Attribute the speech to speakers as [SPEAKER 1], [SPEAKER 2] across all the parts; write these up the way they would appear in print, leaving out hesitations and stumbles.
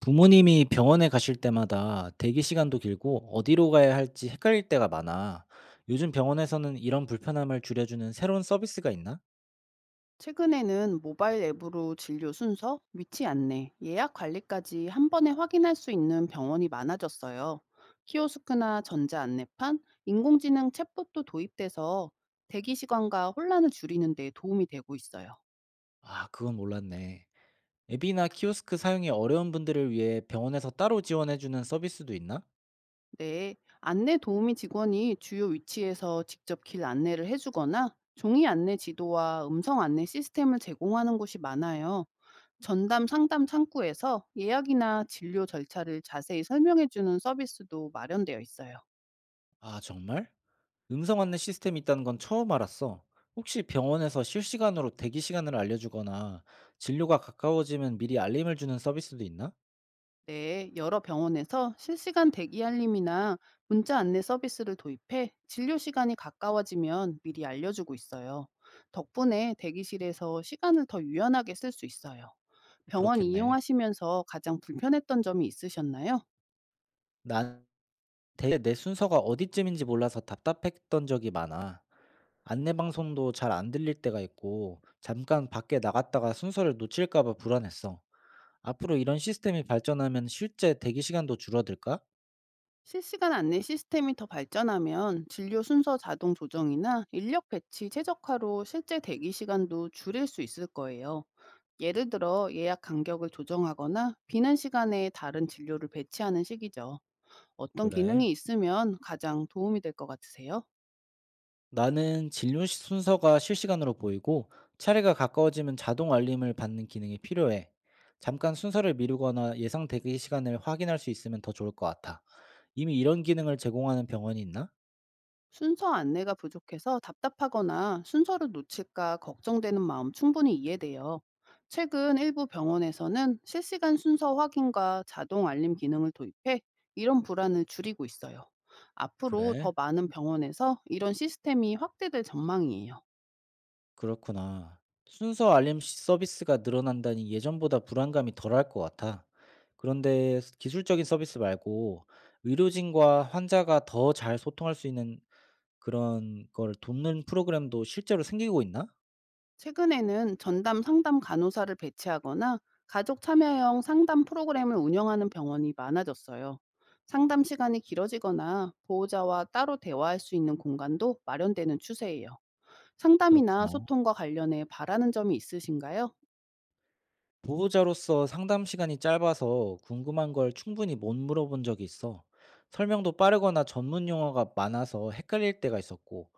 [SPEAKER 1] 부모님이 병원에 가실 때마다 대기 시간도 길고 어디로 가야 할지 헷갈릴 때가 많아. 요즘 병원에서는 이런 불편함을 줄여주는 새로운 서비스가 있나?
[SPEAKER 2] 최근에는 모바일 앱으로 진료 순서, 위치 안내, 예약 관리까지 한 번에 확인할 수 있는 병원이 많아졌어요. 키오스크나 전자 안내판, 인공지능 챗봇도 도입돼서 대기 시간과 혼란을 줄이는 데 도움이 되고 있어요.
[SPEAKER 1] 아, 그건 몰랐네. 앱이나 키오스크 사용이 어려운 분들을 위해 병원에서 따로 지원해주는 서비스도 있나?
[SPEAKER 2] 네, 안내 도우미 직원이 주요 위치에서 직접 길 안내를 해주거나 종이 안내 지도와 음성 안내 시스템을 제공하는 곳이 많아요. 전담 상담 창구에서 예약이나 진료 절차를 자세히 설명해 주는 서비스도 마련되어 있어요.
[SPEAKER 1] 아, 정말? 음성 안내 시스템이 있다는 건 처음 알았어. 혹시 병원에서 실시간으로 대기 시간을 알려주거나 진료가 가까워지면 미리 알림을 주는 서비스도 있나?
[SPEAKER 2] 네, 여러 병원에서 실시간 대기 알림이나 문자 안내 서비스를 도입해 진료 시간이 가까워지면 미리 알려주고 있어요. 덕분에 대기실에서 시간을 더 유연하게 쓸 수 있어요. 병원
[SPEAKER 1] 그렇겠네.
[SPEAKER 2] 이용하시면서 가장 불편했던 점이 있으셨나요?
[SPEAKER 1] 난 대게내 순서가 어디쯤인지 몰라서 답답했던 적이 많아. 안내 방송도 잘 안 들릴 때가 있고, 잠깐 밖에 나갔다가 순서를 놓칠까 봐 불안했어. 앞으로 이런 시스템이 발전하면 실제 대기 시간도 줄어들까?
[SPEAKER 2] 실시간 안내 시스템이 더 발전하면 진료 순서 자동 조정이나 인력 배치 최적화로 실제 대기 시간도 줄일 수 있을 거예요. 예를 들어 예약 간격을 조정하거나 비는 시간에 다른 진료를 배치하는 식이죠. 어떤
[SPEAKER 1] 그래.
[SPEAKER 2] 기능이 있으면 가장 도움이 될 것 같으세요?
[SPEAKER 1] 나는 순서가 실시간으로 보이고, 차례가 가까워지면 자동 알림을 받는 기능이 필요해. 잠깐 순서를 미루거나 예상 대기 시간을 확인할 수 있으면 더 좋을 것 같아. 이미 이런 기능을 제공하는 병원이 있나?
[SPEAKER 2] 순서 안내가 부족해서 답답하거나 순서를 놓칠까 걱정되는 마음 충분히 이해돼요. 최근 일부 병원에서는 실시간 순서 확인과 자동 알림 기능을 도입해 이런 불안을 줄이고 있어요. 앞으로 더
[SPEAKER 1] 그래.
[SPEAKER 2] 많은 병원에서 이런 시스템이 확대될 전망이에요.
[SPEAKER 1] 그렇구나. 서비스가 늘어난다니 예전보다 불안감이 덜할 것 같아. 그런데 기술적인 서비스 말고 의료진과 환자가 더 잘 소통할 수 있는 그런 걸 돕는 프로그램도 실제로 생기고 있나?
[SPEAKER 2] 최근에는 전담 상담 간호사를 배치하거나 가족 참여형 상담 프로그램을 운영하는 병원이 많아졌어요. 상담 시간이 길어지거나 보호자와 따로 대화할 수 있는 공간도 마련되는 추세예요. 상담이나
[SPEAKER 1] 그렇구나.
[SPEAKER 2] 소통과 관련해 바라는 점이 있으신가요?
[SPEAKER 1] 보호자로서 상담 시간이 짧아서 궁금한 걸 충분히 못 물어본 적이 있어. 설명도 빠르거나 전문 용어가 많아서 헷갈릴 때가 있었고,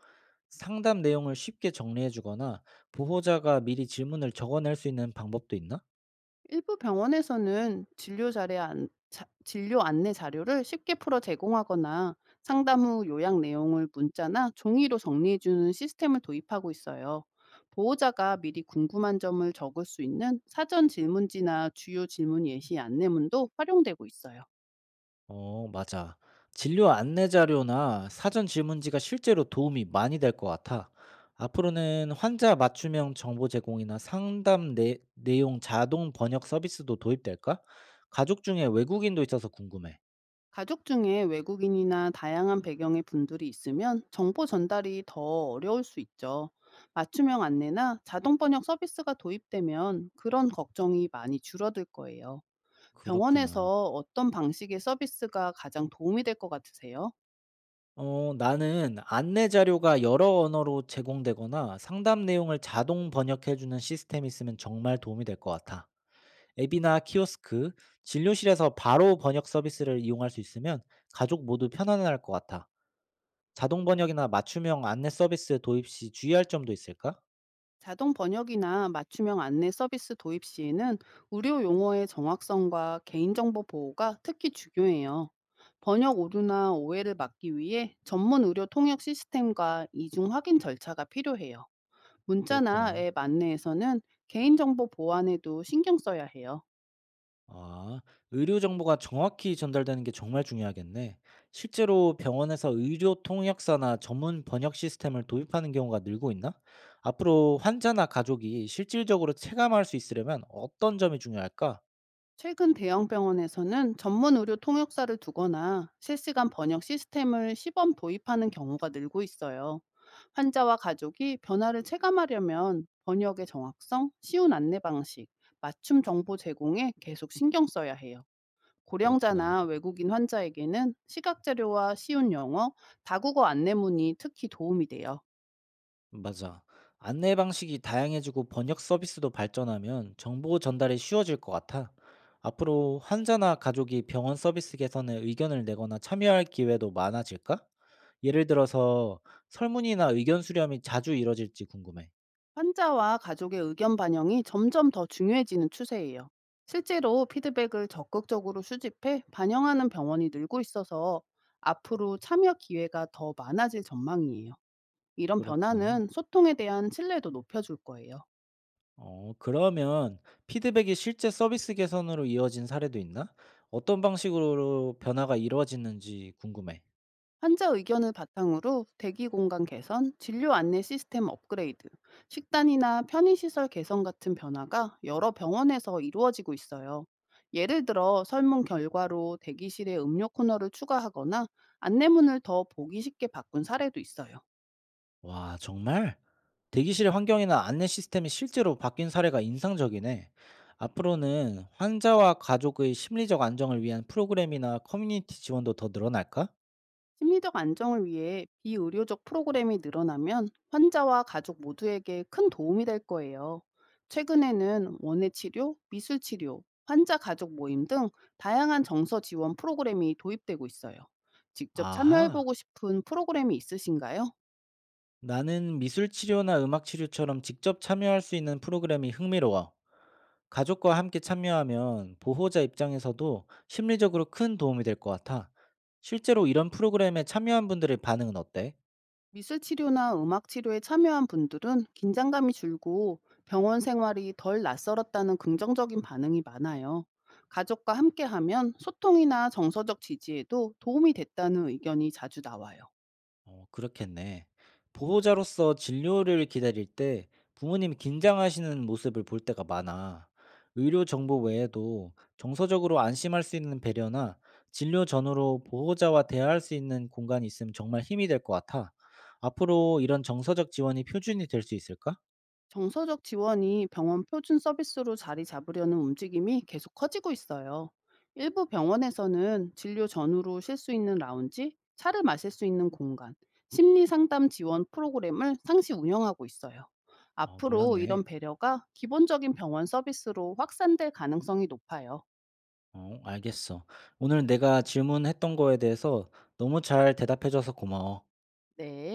[SPEAKER 1] 상담 내용을 쉽게 정리해 주거나 보호자가 미리 질문을 적어낼 수 있는 방법도 있나?
[SPEAKER 2] 일부 병원에서는 진료 자료 안, 자- 진료 안내 자료를 쉽게 풀어 제공하거나 상담 후 요약 내용을 문자나 종이로 정리해주는 시스템을 도입하고 있어요. 보호자가 미리 궁금한 점을 적을 수 있는 사전 질문지나 주요 질문 예시 안내문도 활용되고 있어요.
[SPEAKER 1] 어, 맞아. 진료 안내 자료나 사전 질문지가 실제로 도움이 많이 될 것 같아. 앞으로는 환자 맞춤형 정보 제공이나 내용 자동 번역 서비스도 도입될까? 가족 중에 외국인도 있어서 궁금해.
[SPEAKER 2] 가족 중에 외국인이나 다양한 배경의 분들이 있으면 정보 전달이 더 어려울 수 있죠. 맞춤형 안내나 자동 번역 서비스가 도입되면 그런 걱정이 많이 줄어들 거예요.
[SPEAKER 1] 그렇구나.
[SPEAKER 2] 병원에서 어떤 방식의 서비스가 가장 도움이 될 것 같으세요?
[SPEAKER 1] 어, 나는 안내 자료가 여러 언어로 제공되거나 상담 내용을 자동 번역해주는 시스템이 있으면 정말 도움이 될 것 같아. 앱이나 키오스크, 진료실에서 바로 번역 서비스를 이용할 수 있으면 가족 모두 편안할 것 같아. 자동 번역이나 맞춤형 안내 서비스 도입 시 주의할 점도 있을까?
[SPEAKER 2] 자동 번역이나 맞춤형 안내 서비스 도입 시에는 의료 용어의 정확성과 개인정보 보호가 특히 중요해요. 번역 오류나 오해를 막기 위해 전문 의료 통역 시스템과 이중 확인 절차가 필요해요. 문자나
[SPEAKER 1] 그렇구나.
[SPEAKER 2] 앱 안내에서는 개인정보 보안에도 신경 써야 해요.
[SPEAKER 1] 아, 의료 정보가 정확히 전달되는 게 정말 중요하겠네. 실제로 병원에서 의료 통역사나 전문 번역 시스템을 도입하는 경우가 늘고 있나? 앞으로 환자나 가족이 실질적으로 체감할 수 있으려면 어떤 점이 중요할까?
[SPEAKER 2] 최근 대형 병원에서는 전문 의료 통역사를 두거나 실시간 번역 시스템을 시범 도입하는 경우가 늘고 있어요. 환자와 가족이 변화를 체감하려면 번역의 정확성, 쉬운 안내 방식, 맞춤 정보 제공에 계속 신경 써야 해요.
[SPEAKER 1] 그렇구나.
[SPEAKER 2] 고령자나 외국인 환자에게는 시각 자료와 쉬운 영어, 다국어 안내문이 특히 도움이 돼요.
[SPEAKER 1] 맞아. 안내 방식이 다양해지고 번역 서비스도 발전하면 정보 전달이 쉬워질 것 같아. 앞으로 환자나 가족이 병원 서비스 개선에 의견을 내거나 참여할 기회도 많아질까? 예를 들어서 설문이나 의견 수렴이 자주 이뤄질지 궁금해.
[SPEAKER 2] 환자와 가족의 의견 반영이 점점 더 중요해지는 추세예요. 실제로 피드백을 적극적으로 수집해 반영하는 병원이 늘고 있어서 앞으로 참여 기회가 더 많아질 전망이에요. 이런
[SPEAKER 1] 그렇구나.
[SPEAKER 2] 변화는 소통에 대한 신뢰도 높여줄 거예요.
[SPEAKER 1] 어, 그러면 피드백이 실제 서비스 개선으로 이어진 사례도 있나? 어떤 방식으로 변화가 이루어지는지 궁금해.
[SPEAKER 2] 환자 의견을 바탕으로 대기 공간 개선, 진료 안내 시스템 업그레이드, 식단이나 편의시설 개선 같은 변화가 여러 병원에서 이루어지고 있어요. 예를 들어 설문 결과로 대기실에 음료 코너를 추가하거나 안내문을 더 보기 쉽게 바꾼 사례도 있어요.
[SPEAKER 1] 와, 정말? 대기실 환경이나 안내 시스템이 실제로 바뀐 사례가 인상적이네. 앞으로는 환자와 가족의 심리적 안정을 위한 프로그램이나 커뮤니티 지원도 더 늘어날까?
[SPEAKER 2] 심리적 안정을 위해 비의료적 프로그램이 늘어나면 환자와 가족 모두에게 큰 도움이 될 거예요. 최근에는 원예 치료, 미술 치료, 환자 가족 모임 등 다양한 정서 지원 프로그램이 도입되고 있어요. 직접
[SPEAKER 1] 아하,
[SPEAKER 2] 참여해보고 싶은 프로그램이 있으신가요?
[SPEAKER 1] 나는 미술 치료나 음악 치료처럼 직접 참여할 수 있는 프로그램이 흥미로워. 가족과 함께 참여하면 보호자 입장에서도 심리적으로 큰 도움이 될 것 같아. 실제로 이런 프로그램에 참여한 분들의 반응은 어때?
[SPEAKER 2] 미술 치료나 음악 치료에 참여한 분들은 긴장감이 줄고 병원 생활이 덜 낯설었다는 긍정적인 반응이 많아요. 가족과 함께하면 소통이나 정서적 지지에도 도움이 됐다는 의견이 자주 나와요.
[SPEAKER 1] 어 그렇겠네. 보호자로서 진료를 기다릴 때 부모님이 긴장하시는 모습을 볼 때가 많아. 의료 정보 외에도 정서적으로 안심할 수 있는 배려나 진료 전후로 보호자와 대화할 수 있는 공간이 있으면 정말 힘이 될 것 같아. 앞으로 이런 정서적 지원이 표준이 될 수 있을까?
[SPEAKER 2] 정서적 지원이 병원 표준 서비스로 자리 잡으려는 움직임이 계속 커지고 있어요. 일부 병원에서는 진료 전후로 쉴 수 있는 라운지, 차를 마실 수 있는 공간, 심리 상담 지원 프로그램을 상시 운영하고 있어요.
[SPEAKER 1] 어,
[SPEAKER 2] 앞으로
[SPEAKER 1] 몰랐네.
[SPEAKER 2] 이런 배려가 기본적인 병원 서비스로 확산될 가능성이 높아요.
[SPEAKER 1] 어, 알겠어. 오늘 내가 질문했던 거에 대해서 너무 잘 대답해줘서 고마워.
[SPEAKER 2] 네.